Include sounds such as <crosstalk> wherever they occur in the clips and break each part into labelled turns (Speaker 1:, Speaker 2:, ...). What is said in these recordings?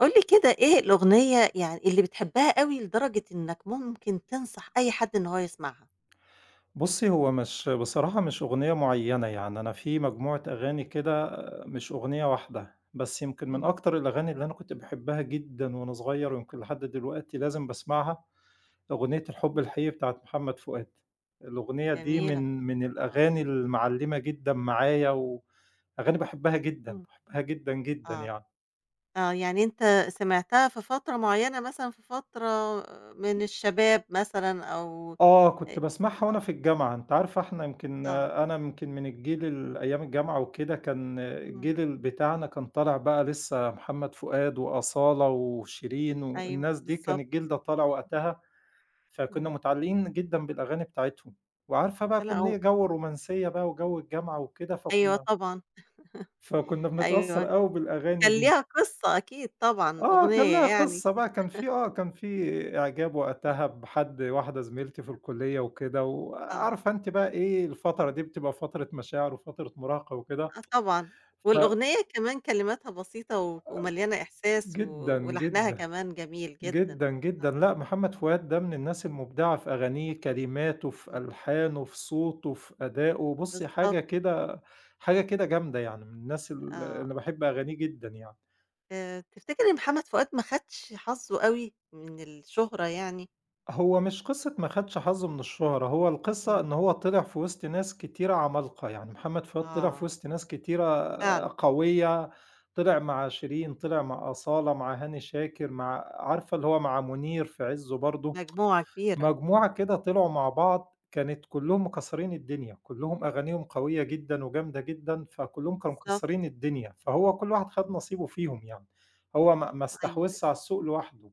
Speaker 1: قُل لي كده إيه الأغنية يعني اللي بتحبها أوي لدرجة إنّك ممكن تنصح أي حد إن هو يسمعها؟
Speaker 2: بُصّي، هو مش أغنية معيّنة، يعني أنا في مجموعة أغاني كده آه، مش أغنية واحدة، بس يمكن من
Speaker 1: اهم.
Speaker 2: أكتر الأغاني اللي أنا كنت باحبها جدًا وأنا صغير ويمكن لحد دلوقتي لازم باسمعها، أغنية الحب
Speaker 1: إمم.
Speaker 2: الحقيقي بتاعة محمد فؤاد. الأغنية دي
Speaker 1: جميلة.
Speaker 2: من
Speaker 1: آه.
Speaker 2: الأغاني المعلّمة جدًا معايا، وأغاني باحبها جدًا،
Speaker 1: إمم.
Speaker 2: باحبها جدًا، جدًا
Speaker 1: آه.
Speaker 2: يعني.
Speaker 1: آه. يعني أنت سمعتها في فترة معيّنة مثلًا في فترة من الشباب مثلًا أو
Speaker 2: آه،
Speaker 1: آآ
Speaker 2: كنت باسمعها وأنا
Speaker 1: آه.
Speaker 2: في الجامعة، أنتِ عارفة إحنا يمكن
Speaker 1: آه.
Speaker 2: أنا يمكن من الجيل ال أيام الجامعة وكده كان
Speaker 1: إمم.
Speaker 2: الجيل بتاعنا كان طالع بقى لسه محمد فؤاد وأصالة وشيرين
Speaker 1: أيوه
Speaker 2: والناس دي، كان
Speaker 1: بالضبط.
Speaker 2: الجيل ده طالع وقتها، فكنا
Speaker 1: إمم.
Speaker 2: متعلقين جدًا بالأغاني بتاعتهم، وعارفة بقى
Speaker 1: لأ
Speaker 2: كنا
Speaker 1: و
Speaker 2: إيه جو الرومانسية بقى وجو الجامعة وكده،
Speaker 1: أيوه
Speaker 2: فكنا
Speaker 1: طبعًا.
Speaker 2: فكنا
Speaker 1: أيوه.
Speaker 2: بنتأثّر أوي بالأغاني
Speaker 1: كان
Speaker 2: دي.
Speaker 1: ليها قصّة أكيد طبعًا
Speaker 2: آه، كان
Speaker 1: الأغنية
Speaker 2: لها
Speaker 1: يعني.
Speaker 2: قصّة بقى، كان في آه، كان في إعجاب
Speaker 1: آه.
Speaker 2: وقتها بحد واحدة زميلتي في الكُلّية وكده،
Speaker 1: آه.
Speaker 2: وعارفة أنتِ بقى إيه، الفترة دي بتبقى فترة مشاعر وفترة مراهقة وكده،
Speaker 1: آه طبعًا،
Speaker 2: ف
Speaker 1: والأغنية كمان كلماتها بسيطة ومليانة إحساس و
Speaker 2: جدًا،
Speaker 1: ولحنها
Speaker 2: جدًا،
Speaker 1: كمان جميل جدًا.
Speaker 2: جدًا، جدًا،
Speaker 1: آه،
Speaker 2: لأ محمد
Speaker 1: آه،
Speaker 2: فؤاد ده من الناس المبدعة في أغانيه، كلماته، في
Speaker 1: إمم،
Speaker 2: ألحانه، في صوته، في أدائه، بُصّي
Speaker 1: بالضبط
Speaker 2: حاجة كده حاجة كده جامدة يعني، من الناس ال
Speaker 1: آه،
Speaker 2: أنا باحب أغانيه جدًا يعني.
Speaker 1: تفتكر إن محمد فؤاد ما خدش حظّه أوي من الشهرة يعني؟
Speaker 2: هو مش قصة ما خدش حظّه من الشهرة، هو القصة
Speaker 1: إمم،
Speaker 2: إن هو طلع في وسط ناس كتيرة عمالقة، يعني محمد فؤاد طلع في
Speaker 1: آه
Speaker 2: وسط ناس كتيرة
Speaker 1: فعلًا،
Speaker 2: آه، قوية، طلع مع شيرين، طلع مع أصالة، مع هاني شاكر، مع عارفة اللي هو مع منير في عزّه برضه،
Speaker 1: مجموعة كبيرة، إمم،
Speaker 2: مجموعة كده طلعوا مع بعض كانت كلّهم مكسّرين الدنيا، كلّهم أغانيهم قوية جدًا وجامدة جدًا، فكلّهم كانوا
Speaker 1: بالضبط،
Speaker 2: مكسّرين الدنيا، فهو كل واحد
Speaker 1: إمم،
Speaker 2: خد نصيبه فيهم يعني، هو ما
Speaker 1: أيوه، أيوه،
Speaker 2: استحوذش على السوق لوحده،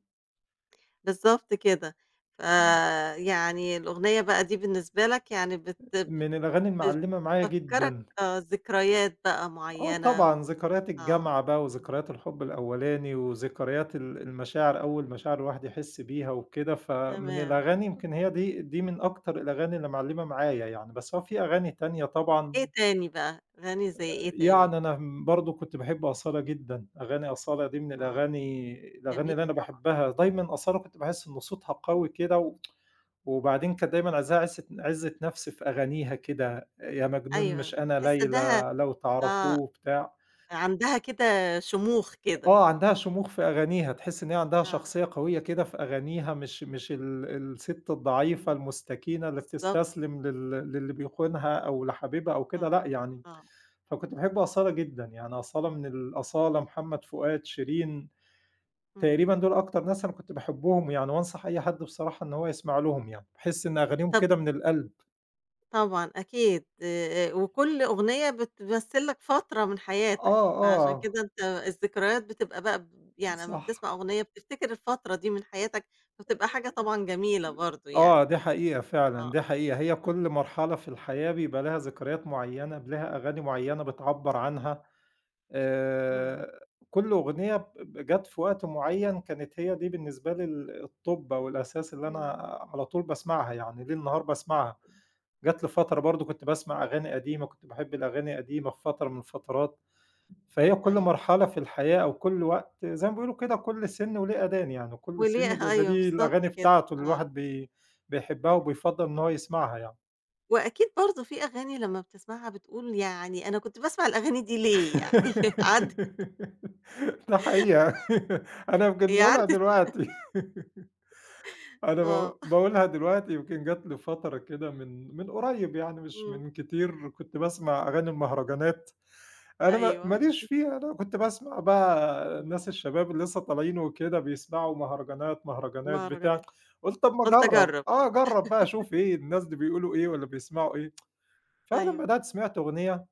Speaker 1: بالضبط كده، فيعني الأغنية بقى دي بالنسبة لك يعني بت
Speaker 2: من الأغاني
Speaker 1: بت
Speaker 2: المعلّمة معايا
Speaker 1: بتفكّرك
Speaker 2: جدًا.
Speaker 1: آه، ذكريات بقى
Speaker 2: آه
Speaker 1: معيّنة
Speaker 2: طبعًا،
Speaker 1: و
Speaker 2: ذكريات
Speaker 1: آه.
Speaker 2: الجامعة بقى
Speaker 1: إمم.
Speaker 2: وذكريات الحُب الأولاني وذكريات ال المشاعر، أول مشاعر الواحد يحِس بيها وكده، فمن
Speaker 1: تمام.
Speaker 2: الأغاني يمكن هي دي من أكتر الأغاني اللي معلّمة معايا يعني، بس هو في أغاني تانية طبعًا
Speaker 1: إيه تاني بقى؟ أغاني زي إيه تاني؟
Speaker 2: يعني أنا برضه كنت باحب أصالة جدًا، أغاني أصالة دي من
Speaker 1: آه،
Speaker 2: الأغاني
Speaker 1: جميل
Speaker 2: اللي أنا باحبها، دايمًا أصالة كنت باحِس إن صوتها قوي كده و وبعدين كانت دايمًا عايزاها عِزّة عِزّة نَفْس في أغانيها كده، يا مجنون
Speaker 1: أيوه،
Speaker 2: مش أنا
Speaker 1: تحس إنها
Speaker 2: ليلى لو
Speaker 1: آه،
Speaker 2: تعرفوه بتاع.
Speaker 1: عندها كده شموخ كده.
Speaker 2: آه، عندها شموخ في أغانيها، تحس إن هي عندها
Speaker 1: آه،
Speaker 2: شخصية قوية كده في أغانيها، مش السِت الضعيفة
Speaker 1: إمم،
Speaker 2: المستكينة اللي
Speaker 1: بالضبط،
Speaker 2: بتستسلم للي بيخونها أو لحبيبها أو كده،
Speaker 1: آه،
Speaker 2: لأ يعني
Speaker 1: آه،
Speaker 2: فكنت باحب أصالة جدًا، يعني أصالة من أصالة، محمد فؤاد، شيرين،
Speaker 1: إمم.
Speaker 2: تقريبًا دول أكتر ناس أنا كنت باحبهم يعني، وأنصح أي حد بصراحة إن هو يسمع لهم يعني، باحس إن أغانيهم
Speaker 1: طب
Speaker 2: كده من القلب.
Speaker 1: طبعًا أكيد وكل أغنية بتمثّل لك فترة من حياتك،
Speaker 2: آه،
Speaker 1: فعشان
Speaker 2: آه،
Speaker 1: كده أنت الذكريات بتبقى بقى ب يعني لمّا
Speaker 2: صح.
Speaker 1: بتسمع أغنية بتفتكر الفترة دي من حياتك، فبتبقى حاجة طبعًا جميلة برضه يعني.
Speaker 2: آه، دي حقيقة فعلًا،
Speaker 1: آه،
Speaker 2: دي حقيقة. هي
Speaker 1: آه،
Speaker 2: كل مرحلة في الحياة بيبقى لها ذكريات معيّنة، ب لها أغاني معيّنة بتعبّر عنها.
Speaker 1: إمم،
Speaker 2: آآ، كل أغنية ب ب جات في وقت معيّن كانت هي دي بالنسبة لي ال الطُب أو الأساس اللي أنا
Speaker 1: إمم،
Speaker 2: على طول باسمعها، يعني ليل نهار باسمعها. جات لي فترة برضه كنت باسمع أغاني قديمة، كنت باحب الأغاني القديمة في فترة من الفترات. فهي كل
Speaker 1: أيوه.
Speaker 2: مرحلة في الحياة أو كل وقت زي ما بيقولوا كده كل سِن وليه أذان يعني، وكل سِن
Speaker 1: وليه
Speaker 2: بيبقى
Speaker 1: أيوه
Speaker 2: ليه
Speaker 1: بالضبط
Speaker 2: الأغاني
Speaker 1: كده،
Speaker 2: بتاعته اللي
Speaker 1: آه.
Speaker 2: الواحد بيحبها وبيفضّل إن هو يسمعها يعني.
Speaker 1: وأكيد برضه في أغاني لمّا بتسمعها بتقول يعني أنا كنت باسمع الأغاني دي ليه يعني <laughs> عدِّت
Speaker 2: <laughs> ده حقيقة <laughs> أنا يمكن
Speaker 1: هي
Speaker 2: باقولها
Speaker 1: عدِّت
Speaker 2: دلوقتي <laughs> أنا
Speaker 1: آه.
Speaker 2: باقولها دلوقتي يمكن جات لي فترة كده من قريب يعني مش
Speaker 1: إمم.
Speaker 2: من كتير، كنت باسمع أغاني المهرجانات. أنا ما
Speaker 1: أيوه.
Speaker 2: ليش فيها، أنا كنت باسمع بقى
Speaker 1: إمم.
Speaker 2: الناس الشباب اللي لسه طالعين وكده بيسمعوا مهرجانات، مهرجانات بتاع،
Speaker 1: مهرجانات.
Speaker 2: قُلت طَب ما
Speaker 1: قُلت
Speaker 2: أجرّب،
Speaker 1: أجرّب.
Speaker 2: آه أجرّب بقى أشوف إيه الناس دي بيقولوا إيه والّا بيسمعوا إيه، فعلًا
Speaker 1: أيوه.
Speaker 2: بدأت سمعت أغنية،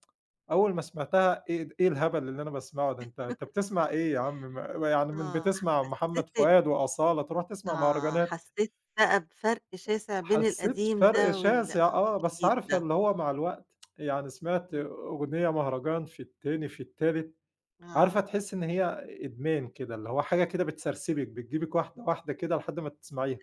Speaker 2: أول ما سمعتها إيه الهبل اللي أنا باسمعه ده، أنت بتسمع إيه يا عم ما يعني من
Speaker 1: آه.
Speaker 2: بتسمع محمد
Speaker 1: حسّيت
Speaker 2: فؤاد وأصالة تروح تسمع
Speaker 1: آه.
Speaker 2: مهرجانات،
Speaker 1: حسّيت بقى بفرق شاسع بين
Speaker 2: حسيت
Speaker 1: القديم
Speaker 2: فرق
Speaker 1: ده وال
Speaker 2: شاسع
Speaker 1: آه
Speaker 2: آه، بس
Speaker 1: والجديد
Speaker 2: عارفة
Speaker 1: ده.
Speaker 2: اللي هو مع الوقت يعني سمعت
Speaker 1: إمم.
Speaker 2: أغنية مهرجان في التاني، في التالت، عارفة
Speaker 1: آه.
Speaker 2: تحسّي إن هي إدمان كده، اللي هو حاجة كده بتسرسبِك، بتجيبِك واحدة، واحدة كده لحد ما تسمعيها.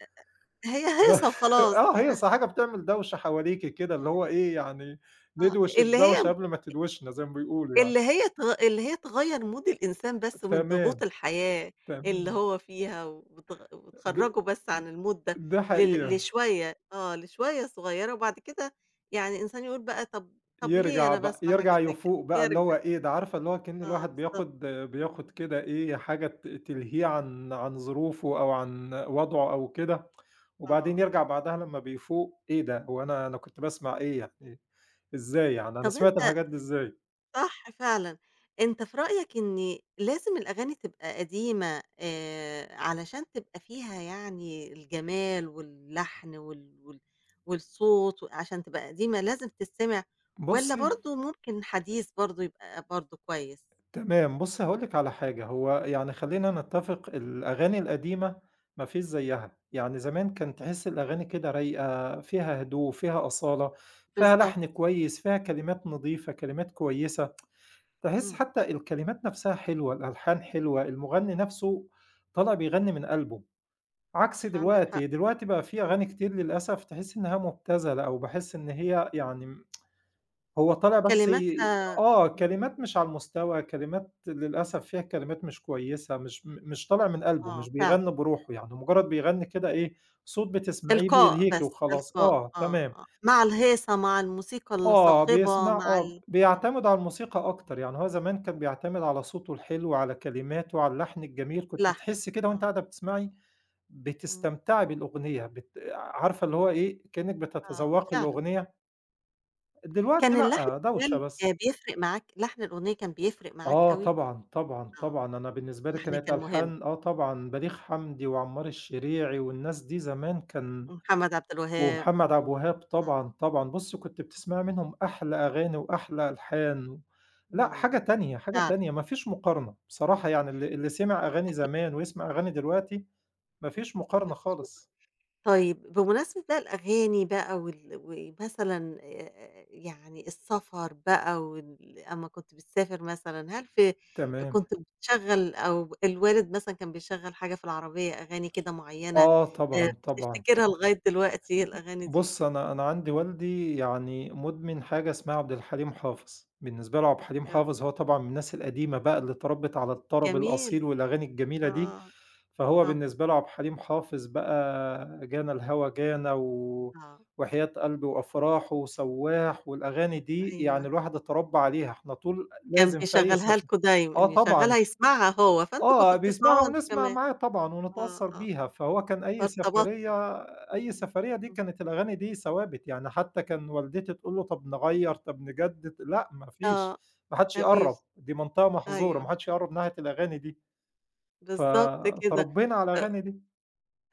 Speaker 1: هي
Speaker 2: ب
Speaker 1: هيصة
Speaker 2: <laughs>
Speaker 1: وخلاص
Speaker 2: آه، هي
Speaker 1: يعني.
Speaker 2: أصل حاجة بتعمل دوشة حواليكِ كده، اللي هو إيه، يعني
Speaker 1: آه.
Speaker 2: ندوِش
Speaker 1: اللي
Speaker 2: الدوشة
Speaker 1: هي
Speaker 2: قبل ما تدوشنا زي ما بيقولوا يعني.
Speaker 1: اللي هي تغ اللي هي تغيّر مود الإنسان بس من
Speaker 2: تمام،
Speaker 1: ضغوط الحياة اللي
Speaker 2: تمام.
Speaker 1: هو فيها،
Speaker 2: د
Speaker 1: وتخرّجه بس عن المود ده
Speaker 2: ده
Speaker 1: لل
Speaker 2: حقيقة.
Speaker 1: لشوية آه، لشوية صغيّرة، وبعد كده يعني الإنسان يقول بقى طب ليه
Speaker 2: يرجع
Speaker 1: أنا
Speaker 2: بقى
Speaker 1: باسمع حاجة
Speaker 2: يرجع
Speaker 1: زي كده؟
Speaker 2: يفوق بقى اللي هو
Speaker 1: يرجع
Speaker 2: إيه، ده عارفة اللي هو كأن
Speaker 1: آه
Speaker 2: الواحد
Speaker 1: بالضبط،
Speaker 2: بياخد
Speaker 1: إمم،
Speaker 2: كده إيه، حاجة تلهيه
Speaker 1: أيوه،
Speaker 2: عن ظروفه أو عن وضعه أو كده، وبعدين
Speaker 1: آه.
Speaker 2: يرجع بعدها لمّا بيفوق إيه ده، هو أنا كنت باسمع إيه يعني، إزاي يعني، أنا
Speaker 1: طب
Speaker 2: سمعت
Speaker 1: أنت
Speaker 2: الحاجات دي إزاي؟
Speaker 1: صح فعلًا. أنت في رأيك إن لازم الأغاني تبقى قديمة علشان تبقى فيها يعني الجمال واللحن وال والصوت وعشان تبقى قديمة لازم تتسمع والّا
Speaker 2: بُصي
Speaker 1: برضه ممكن حديث برضه يبقى برضه كويس؟
Speaker 2: تمام، بُصّي هاقول لِك على
Speaker 1: إمم،
Speaker 2: حاجة، هو يعني
Speaker 1: إمم.
Speaker 2: خلّينا نتّفق الأغاني القديمة ما فيش زيّها، يعني زمان كان تحسّي الأغاني كده رايقة، فيها هدوء، فيها أصالة، فيها
Speaker 1: بالضبط.
Speaker 2: لحن كويس، فيها كلمات نضيفة، كلمات كويسة، تحسّي
Speaker 1: إمم.
Speaker 2: حتى الكلمات نَفْسها حلوة، الألحان حلوة، المُغنّي نَفْسه طالع بيغنّي من قلبه، عكس
Speaker 1: صح عندك
Speaker 2: دلوقتي،
Speaker 1: حق.
Speaker 2: دلوقتي بقى في
Speaker 1: إمم.
Speaker 2: أغاني كتير للأسف تحسّي إنها مُبتذلة أو باحس إن هي يعني هو طالع بس
Speaker 1: كلماتها
Speaker 2: آه،
Speaker 1: إمم،
Speaker 2: كلمات
Speaker 1: إمم.
Speaker 2: مش على المستوى، كلمات للأسف فيها كلمات مش كويسة، مش طالع من قلبه،
Speaker 1: آه
Speaker 2: مش
Speaker 1: فعلًا.
Speaker 2: بيغني بروحه، يعني مجرد بيغني كده إيه، صوت بتسمعيه
Speaker 1: إلقاء
Speaker 2: بيلهيكِ
Speaker 1: بس،
Speaker 2: وخلاص،
Speaker 1: إلقاء.
Speaker 2: آه،
Speaker 1: آه،
Speaker 2: تمام،
Speaker 1: آه. مع الهيصة، مع الموسيقى
Speaker 2: آه،
Speaker 1: الصاخبة،
Speaker 2: بيسمع
Speaker 1: مع
Speaker 2: آه،
Speaker 1: ال آه.
Speaker 2: بيعتمد على الموسيقى أكتر، يعني هو زمان كان
Speaker 1: إمم.
Speaker 2: بيعتمد على صوته الحلو، على كلماته، على اللحن الجميل، كنتِ
Speaker 1: لحن،
Speaker 2: تحسّي كده وأنتِ
Speaker 1: آه،
Speaker 2: قاعدة بتسمعي
Speaker 1: إمم،
Speaker 2: بتستمتعي بالأغنية، عارفة اللي هو إيه، كأنِّك
Speaker 1: آه
Speaker 2: بتتذوقي
Speaker 1: فعلًا،
Speaker 2: الأغنية،
Speaker 1: كان
Speaker 2: دلوقتي
Speaker 1: اللحن
Speaker 2: لأ، دوشة
Speaker 1: كمان
Speaker 2: بس.
Speaker 1: بيفرق معاك لحن الأغنية كان بيفرق معاك
Speaker 2: آه
Speaker 1: أوي؟
Speaker 2: طبعًا، طبعًا،
Speaker 1: آه،
Speaker 2: طبعًا، أنا بالنسبة لي
Speaker 1: اللحن
Speaker 2: كانت
Speaker 1: كان مهم،
Speaker 2: ألحان آه طبعًا، بليغ حمدي وعمار الشريعي والناس دي زمان كان
Speaker 1: محمد عبد الوهاب و
Speaker 2: ومحمد عبد الوهاب
Speaker 1: آه،
Speaker 2: طبعًا، طبعًا، بُصّي
Speaker 1: إمم،
Speaker 2: كنت
Speaker 1: إمم،
Speaker 2: بتسمعي منهم أحلى أغاني وأحلى ألحان، لأ حاجة
Speaker 1: إمم.
Speaker 2: تانية، حاجة
Speaker 1: فعلًا
Speaker 2: تانية ما فيش مقارنة، بصراحة يعني اللي سمع أغاني
Speaker 1: أكيد
Speaker 2: زمان ويسمع أغاني دلوقتي ما فيش
Speaker 1: ما
Speaker 2: مقارنة
Speaker 1: فيش
Speaker 2: خالص.
Speaker 1: طيب بمناسبة بقى الأغاني بقى وال ومثلًا يعني السفر بقى وال أمّا كنت بتسافر مثلًا، هل في
Speaker 2: تمام.
Speaker 1: كنت بتشغّل أو الوالد مثلًا كان بيشغّل حاجة في العربية أغاني كده معيّنة
Speaker 2: آه طبعًا، طبعًا.
Speaker 1: بتفتكرها لغاية دلوقتي الأغاني دي؟
Speaker 2: بُص، أنا عندي والدي يعني مُدمن حاجة اسمها عبد الحليم حافظ، بالنسبة له عبد الحليم
Speaker 1: آه،
Speaker 2: حافظ هو طبعًا من الناس القديمة بقى اللي اتربِّت على الطرب
Speaker 1: جميل،
Speaker 2: الأصيل والأغاني الجميلة دي،
Speaker 1: آه،
Speaker 2: فهو
Speaker 1: طبعًا،
Speaker 2: بالنسبة له عبد الحليم حافظ بقى جانا الهوى جانا و
Speaker 1: آه،
Speaker 2: وحياة قلبي وأفراح وسواح والأغاني دي يعني
Speaker 1: أيوه،
Speaker 2: الواحد اتربى عليها، إحنا طول
Speaker 1: كان
Speaker 2: لازم في أي
Speaker 1: بيشغّلها
Speaker 2: سف
Speaker 1: لكم دايمًا،
Speaker 2: آه
Speaker 1: إن
Speaker 2: طبعًا.
Speaker 1: يشغّلها يسمعها هو، فأنتم كنتم
Speaker 2: آه، بيسمعها
Speaker 1: بتسمعوها أنتم
Speaker 2: ونسمع
Speaker 1: كمان،
Speaker 2: معاه طبعًا
Speaker 1: آه،
Speaker 2: ونتأثّر
Speaker 1: آه،
Speaker 2: بيها، فهو كان أي
Speaker 1: فارتبطتم،
Speaker 2: سفرية أي
Speaker 1: إمم،
Speaker 2: سفرية دي
Speaker 1: إمم،
Speaker 2: كانت الأغاني دي ثوابت، يعني حتى كان والدتي تقول له طَب نغيّر، طَب نجدد، لأ ما
Speaker 1: آه،
Speaker 2: فيش، ما حدش
Speaker 1: ما
Speaker 2: يقرّب،
Speaker 1: فيش.
Speaker 2: دي منطقة محظورة، ما
Speaker 1: أيوه،
Speaker 2: حدش يقرّب ناحية الأغاني دي،
Speaker 1: بالضبط كده،
Speaker 2: فتربينا على
Speaker 1: أ
Speaker 2: الأغاني دي.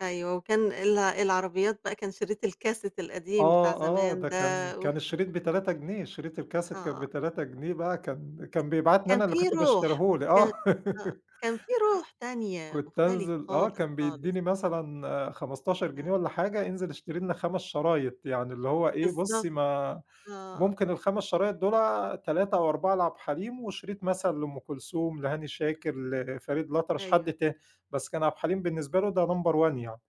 Speaker 1: أيوه، وكان ال العربيات بقى كان شريط الكاسيت القديم بتاع
Speaker 2: آه، آه،
Speaker 1: زمان
Speaker 2: ده
Speaker 1: ده
Speaker 2: كان
Speaker 1: و
Speaker 2: كان الشريط ب3 جنيه، شريط الكاسيت كان
Speaker 1: آه،
Speaker 2: ب3 جنيه بقى، كان
Speaker 1: ك
Speaker 2: كان بيبعتني
Speaker 1: كان
Speaker 2: أنا اللي
Speaker 1: في
Speaker 2: كنت باشتريه
Speaker 1: روح،
Speaker 2: له،
Speaker 1: كان
Speaker 2: آه.
Speaker 1: آه،
Speaker 2: <laughs>
Speaker 1: كان في روح تانية
Speaker 2: كنت
Speaker 1: مختلفة
Speaker 2: أنزل آه،
Speaker 1: خالص،
Speaker 2: كان
Speaker 1: خالص،
Speaker 2: بيدّيني مثلًا 15 جنيه
Speaker 1: آه،
Speaker 2: والّا حاجة، انزل اشتري لنا 5 شرايط، يعني اللي هو إيه،
Speaker 1: بالضبط،
Speaker 2: بُصّي ما
Speaker 1: آه،
Speaker 2: ممكن ال5 شرايط دُولة 3 أو 4 لعبد الحليم، وشريط مثلًا لأم كلثوم، لهاني شاكر، لفريد الأطرش،
Speaker 1: أيوه،
Speaker 2: حد تاني، بس كان عبد الحليم بالنسبة له ده number one يعني.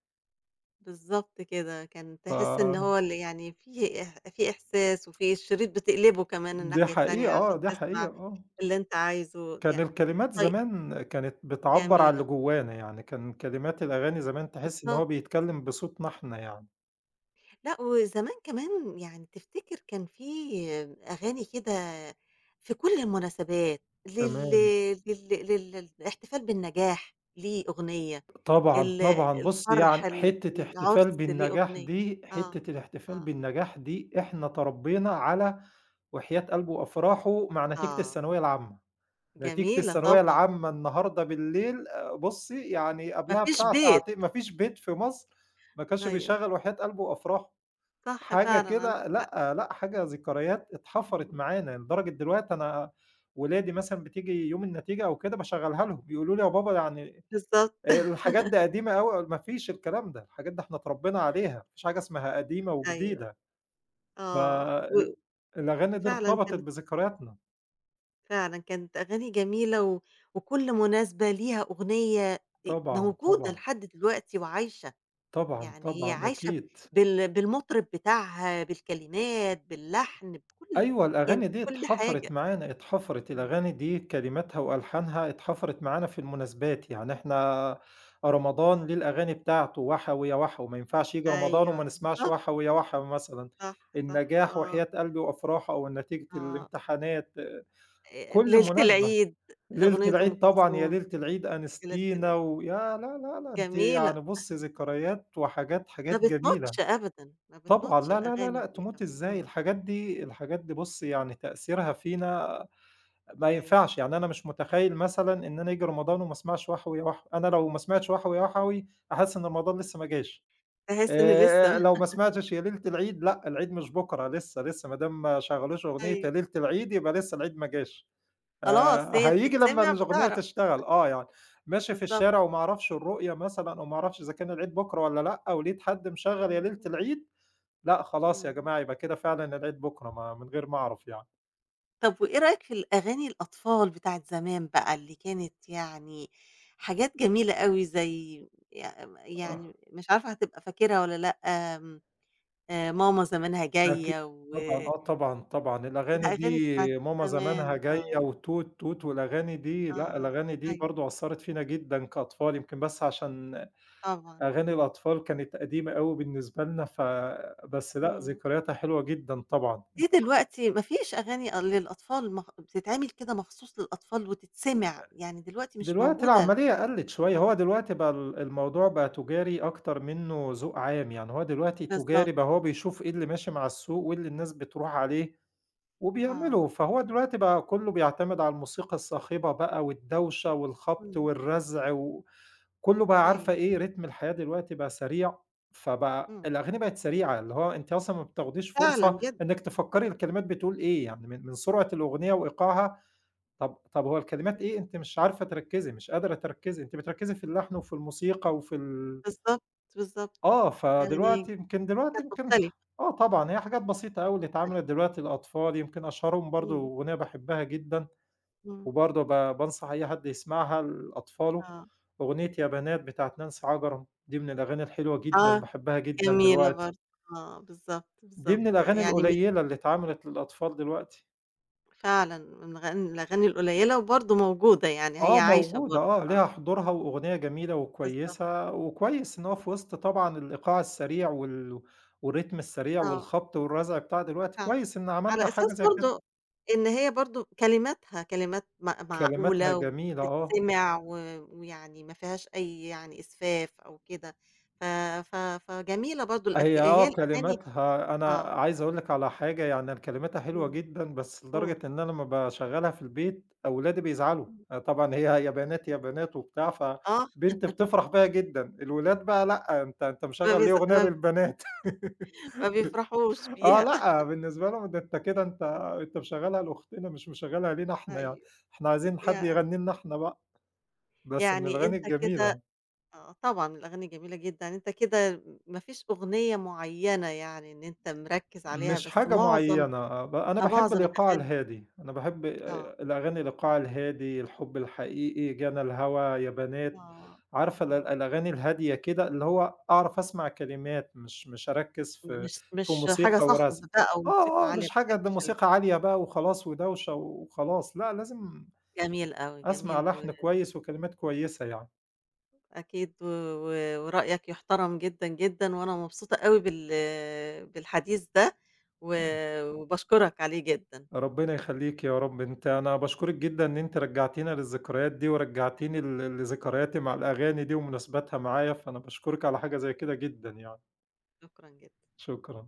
Speaker 1: بالضبط كده، كان تحس إن
Speaker 2: ف
Speaker 1: هو اللي يعني في إح في إحساس وفي الشريط بتقلبه كمان
Speaker 2: دي
Speaker 1: الناحية التانية
Speaker 2: حقيقة آه،
Speaker 1: عشان
Speaker 2: دي حقيقة
Speaker 1: تسمع
Speaker 2: آه.
Speaker 1: اللي أنت عايزه،
Speaker 2: كان
Speaker 1: يع
Speaker 2: الكلمات
Speaker 1: طيب
Speaker 2: زمان كانت بتعبّر عن اللي
Speaker 1: جميلة،
Speaker 2: جوانا، يعني كان كلمات الأغاني زمان تحس إن
Speaker 1: بالضبط.
Speaker 2: هو بيتكلم بصوتنا إحنا يعني.
Speaker 1: لأ، وزمان كمان يعني تفتكر كان في أغاني كده في كل المناسبات لل
Speaker 2: تمام.
Speaker 1: لل لل للاحتفال بالنجاح ليه أغنية،
Speaker 2: طبعًا،
Speaker 1: ال
Speaker 2: طبعًا. بُصّي، يعني
Speaker 1: الفرح، ال العُرس ليه أغنية. آه،
Speaker 2: حتّة الاحتفال
Speaker 1: آه،
Speaker 2: بالنجاح دي إحنا تربّينا على وحياة قلبه وأفراحه مع نتيجة
Speaker 1: آه،
Speaker 2: الثانوية العامة. نتيجة
Speaker 1: جميلة
Speaker 2: الثانوية
Speaker 1: طبعًا،
Speaker 2: العامة النهارده بالليل بُصّي، يعني
Speaker 1: ما
Speaker 2: قبلها
Speaker 1: فيش
Speaker 2: بساعة،
Speaker 1: بيت
Speaker 2: ساعتين ما فيش بيت في مصر ما كانش
Speaker 1: أيوه،
Speaker 2: بيشغّل وحياة قلبه وأفراحه.
Speaker 1: صح
Speaker 2: حاجة
Speaker 1: فعلًا
Speaker 2: كده
Speaker 1: عندك حق،
Speaker 2: لأ، لأ، حاجة
Speaker 1: إمم،
Speaker 2: ذكريات اتحفرت
Speaker 1: إمم،
Speaker 2: معانا لدرجة دلوقتي أنا ولادي مثلًا بتيجي يوم النتيجة أو كده باشغّلها لهم، بيقولوا لي: "يا بابا يعني
Speaker 1: بالضبط <laughs>
Speaker 2: الحاجات دي قديمة أوي، ما فيش الكلام ده، الحاجات دي إحنا اتربينا عليها، ما فيش حاجة اسمها قديمة
Speaker 1: أيوه،
Speaker 2: وجديدة،
Speaker 1: آه،
Speaker 2: فال الأغاني دي
Speaker 1: وفعلًا
Speaker 2: ارتبطت
Speaker 1: كان
Speaker 2: بذكرياتنا،
Speaker 1: فعلًا كانت أغاني جميلة و وكل مناسبة ليها أغنية
Speaker 2: طبعًا،
Speaker 1: موجودة
Speaker 2: طبعًا،
Speaker 1: لحد دلوقتي وعايشة،
Speaker 2: طبعًا،
Speaker 1: يعني هي
Speaker 2: طبعًا،
Speaker 1: عايشة ب
Speaker 2: أكيد.
Speaker 1: بالمطرب بتاعها، بالكلمات، باللحن، بكل
Speaker 2: أيوه،
Speaker 1: يعني
Speaker 2: الأغاني دي
Speaker 1: بكل حاجة.
Speaker 2: اتحفرت معانا، اتحفرت
Speaker 1: إمم.
Speaker 2: الأغاني دي كلماتها وألحانها اتحفرت معانا في المناسبات، يعني إحنا رمضان ليه الأغاني بتاعته، وَحَوي يا وَحَوي، ما ينفعش ييجي رمضان
Speaker 1: أيوه
Speaker 2: وما نسمعش
Speaker 1: بالضبط،
Speaker 2: وَحَوي يا وَحَوي مثلًا،
Speaker 1: صح، صح،
Speaker 2: النجاح
Speaker 1: آه،
Speaker 2: وحياة قلبي وأفراحه أو نتيجة
Speaker 1: آه،
Speaker 2: الامتحانات كل
Speaker 1: ليلة
Speaker 2: مناسبة،
Speaker 1: العيد،
Speaker 2: ليلة
Speaker 1: أغنية أم
Speaker 2: العيد طبعًا، يا
Speaker 1: كلثوم
Speaker 2: ليلة العيد
Speaker 1: في ليلة
Speaker 2: أنستينا
Speaker 1: العيد،
Speaker 2: ويا لا، لا، لا أنتِ
Speaker 1: جميلة،
Speaker 2: يعني بُصّي ذكريات وحاجات
Speaker 1: ما
Speaker 2: حاجات جميلة،
Speaker 1: بتموتش أبدًا، ما
Speaker 2: طبعًا
Speaker 1: بتموتش
Speaker 2: لا، لا، لا،
Speaker 1: الأغاني
Speaker 2: لأ
Speaker 1: دي أبدًا،
Speaker 2: تموتي إزاي،
Speaker 1: إمم،
Speaker 2: الحاجات دي بُصّي يعني تأثيرها فينا ما
Speaker 1: أيوه،
Speaker 2: ينفعش، يعني أنا مش متخيّل مثلًا إن أنا ييجي رمضان وما اسمعش وحوي يا وحوي، أنا لو ما سمعتش وحوي يا وحوي أحس إن رمضان لسه ما جاش،
Speaker 1: تحس إن لسه
Speaker 2: لو ما
Speaker 1: <laughs>
Speaker 2: سمعتش يا ليلة العيد لأ، العيد مش بُكرة لسه، لسه ما دام ما شغّلوش أغنية
Speaker 1: أيوه.
Speaker 2: يا ليلة العيد يبقى لسه العيد ما جاش.
Speaker 1: خلاص هي
Speaker 2: هييجي لمّا
Speaker 1: بتتسمع
Speaker 2: الأغنية
Speaker 1: بتعرف،
Speaker 2: تشتغل آه، يعني ماشي في
Speaker 1: بالضبط،
Speaker 2: الشارع وما أعرفش
Speaker 1: إمم،
Speaker 2: الرؤية مثلًا أو ما أعرفش إذا كان العيد بكرة والّا لأ، ولقيت حد مشغّل يا ليلة
Speaker 1: إمم،
Speaker 2: العيد، لأ خلاص يا
Speaker 1: إمم.
Speaker 2: جماعة يبقى كده فعلًا العيد بكرة ما من غير ما أعرف يعني.
Speaker 1: طب وإيه رأيك في الأغاني الأطفال بتاعة زمان بقى اللي كانت يعني حاجات جميلة أوي زي
Speaker 2: آه.
Speaker 1: يعني مش عارفة هتبقى فاكرها والّا لأ، آمم، ماما زمانها
Speaker 2: أكيد
Speaker 1: جاية
Speaker 2: طبعًا،
Speaker 1: والأغاني
Speaker 2: آه طبعًا، طبعًا، الأغاني
Speaker 1: بتاعة
Speaker 2: دي ماما
Speaker 1: زمان،
Speaker 2: زمانها جاية
Speaker 1: آه،
Speaker 2: وتوت، توت والأغاني دي لأ،
Speaker 1: آه،
Speaker 2: الأغاني دي
Speaker 1: أيوه
Speaker 2: برضه أثّرت فينا جدًا كأطفال، يمكن بس عشان
Speaker 1: طبعًا،
Speaker 2: أغاني الأطفال كانت قديمة أوي بالنسبة لنا ف بس لأ،
Speaker 1: إمم.
Speaker 2: ذكرياتها حلوة جدًا طبعًا.
Speaker 1: دي دلوقتي ما فيش أغاني أ للأطفال بتتعمل كده مخصوص للأطفال وتتسمع، يعني دلوقتي مش
Speaker 2: دلوقتي
Speaker 1: موجودة،
Speaker 2: العملية قلّت شوية،
Speaker 1: آه،
Speaker 2: هو دلوقتي بقى الموضوع بقى تجاري أكتر منّه ذوق عام، يعني هو دلوقتي
Speaker 1: بالضبط.
Speaker 2: تجاري بقى هو بيشوف إيه اللي ماشي مع السوق وإيه اللي الناس بتروح عليه
Speaker 1: آه،
Speaker 2: وبيعمله، فهو دلوقتي بقى كلّه بيعتمد على الموسيقى الصاخبة بقى والدوشة والخبط
Speaker 1: إمم،
Speaker 2: والرزع وكلّه بقى
Speaker 1: أيوه،
Speaker 2: عارفة إيه رتم الحياة دلوقتي بقى سريع، فبقى
Speaker 1: إمم،
Speaker 2: الأغاني بقت سريعة، اللي هو أنتِ أصلًا ما بتاخديش
Speaker 1: فعلًا
Speaker 2: فرصة
Speaker 1: جدًا،
Speaker 2: إنِّك تفكّري
Speaker 1: إمم،
Speaker 2: الكلمات بتقول إيه، يعني من سرعة الأغنية وإيقاعها طب هو
Speaker 1: إمم،
Speaker 2: الكلمات إيه، أنتِ مش عارفة تركّزي، مش قادرة تركّزي، أنتِ بتركّزي في اللحن وفي الموسيقى وفي ال
Speaker 1: بالضبط، بالضبط،
Speaker 2: آه،
Speaker 1: يعني
Speaker 2: فدلوقتي يمكن دلوقتي
Speaker 1: كانت
Speaker 2: يمكن
Speaker 1: مختلفة،
Speaker 2: آه طبعًا، هي حاجات بسيطة أوي اللي
Speaker 1: مختلفة،
Speaker 2: اتعملت دلوقتي للأطفال، يمكن أشهرهم برضه
Speaker 1: إمم،
Speaker 2: أغنية باحبها جدًا
Speaker 1: إمم،
Speaker 2: وبرضه بانصح أي حد يسمعها لأطفاله،
Speaker 1: آه،
Speaker 2: أغنية يا بنات بتاعة نانسي عجرم، دي من الأغاني الحلوة جدًا،
Speaker 1: آه،
Speaker 2: باحبها جدًا
Speaker 1: جميلة
Speaker 2: دلوقتي،
Speaker 1: برضه، آه، بالضبط،
Speaker 2: دي من
Speaker 1: بالضبط،
Speaker 2: الأغاني
Speaker 1: يعني م
Speaker 2: القليلة اللي اتعملت للأطفال دلوقتي.
Speaker 1: فعلًا من الأغاني من الأغاني القليلة وبرضه موجودة، يعني هي
Speaker 2: آه
Speaker 1: عايشة
Speaker 2: موجودة
Speaker 1: برضه،
Speaker 2: آه، ليها
Speaker 1: آه،
Speaker 2: حضورها وأغنية جميلة
Speaker 1: بالضبط،
Speaker 2: وكويسة، وكويس إن هو
Speaker 1: إمم،
Speaker 2: في وسط طبعًا الإيقاع السريع والريتم السريع
Speaker 1: آه،
Speaker 2: والخبط والرزع بتاع دلوقتي،
Speaker 1: فعلًا.
Speaker 2: كويس إن عملنا
Speaker 1: على
Speaker 2: حاجة
Speaker 1: أساس
Speaker 2: زي كده،
Speaker 1: برضه إن هي برضه كلماتها كلمات
Speaker 2: كلماتها
Speaker 1: معقولة
Speaker 2: جميلة آه،
Speaker 1: وتتسمع و ويعني ما فيهاش أي يعني إسفاف أو كده، ف ف فجميلة برضه الأك
Speaker 2: هي آه
Speaker 1: هي الأغاني
Speaker 2: كلماتها أنا
Speaker 1: آه،
Speaker 2: عايز أقول لِك على حاجة يعني أنا كلماتها حلوة
Speaker 1: إمم،
Speaker 2: جدًا، بس لدرجة
Speaker 1: قُل،
Speaker 2: إن أنا لمّا باشغّلها في البيت أولادي بيزعلوا،
Speaker 1: إمم،
Speaker 2: أنا طبعًا هي يا بنات، يا بنات وبتاع،
Speaker 1: آه،
Speaker 2: فبنتي بتفرح بيّا جدًا، الولاد بقى لأ، أنت
Speaker 1: ما
Speaker 2: مشغّل ليه
Speaker 1: بيز
Speaker 2: أغنية
Speaker 1: ما ب
Speaker 2: للبنات؟ <laughs>
Speaker 1: ما بيفرحوش
Speaker 2: آه
Speaker 1: بيها <laughs>
Speaker 2: لأ، بالنسبة لهم ده أنت كده أنت
Speaker 1: آه،
Speaker 2: أنت مشغّلها لأختنا مش مشغّلها لينا إحنا يعني،
Speaker 1: أيوه،
Speaker 2: إحنا عايزين حد
Speaker 1: يعني
Speaker 2: يغني لنا إحنا بقى، بس من
Speaker 1: يعني
Speaker 2: الأغاني
Speaker 1: أنت كده
Speaker 2: الجميلة،
Speaker 1: آه، طبعًا الأغاني جميلة جدًا، أنت كده ما فيش أغنية معيّنة يعني إن أنت مركّز عليها،
Speaker 2: مش
Speaker 1: بس
Speaker 2: حاجة
Speaker 1: معظم
Speaker 2: معيّنة ب أنا
Speaker 1: آه،
Speaker 2: باحب
Speaker 1: معظم
Speaker 2: الإيقاع
Speaker 1: الأغاني
Speaker 2: الهادي، أنا باحب
Speaker 1: آه.
Speaker 2: الأغاني الإيقاع الهادي، الحُب الحقيقي، جانا الهوا يا بنات،
Speaker 1: آه،
Speaker 2: عارفة
Speaker 1: آه،
Speaker 2: الأغاني الهادية كده اللي هو أعرف أسمع كلمات مش أركّز في
Speaker 1: مش
Speaker 2: في
Speaker 1: مش حاجة
Speaker 2: موسيقى
Speaker 1: صخب
Speaker 2: ورزع،
Speaker 1: بقى وموسيقى
Speaker 2: آه، آه،
Speaker 1: عالية،
Speaker 2: مش
Speaker 1: ما
Speaker 2: حاجة ده
Speaker 1: باحبش ال
Speaker 2: موسيقى عالية بقى وخلاص ودوشة وخلاص لأ، لازم
Speaker 1: جميل أوي،
Speaker 2: أسمع
Speaker 1: جميل
Speaker 2: لحن كويس وكلمات كويسة يعني.
Speaker 1: وأكيد و ورأيك يُحترم جدًا، جدًا، وأنا مبسوطة أوي بال بالحديث ده، و وباشكرك عليه جدًا،
Speaker 2: ربنا يخلّيك يا رب، أنت أنا باشكرِك جدًا إن أنتِ رجّعتينا للذكريات دي، ورجّعتيني لذكرياتي مع الأغاني دي ومناسباتها معايا، فأنا باشكرِك على حاجة زي كده جدًا يعني،
Speaker 1: شكرًا جدًا.
Speaker 2: شكرًا.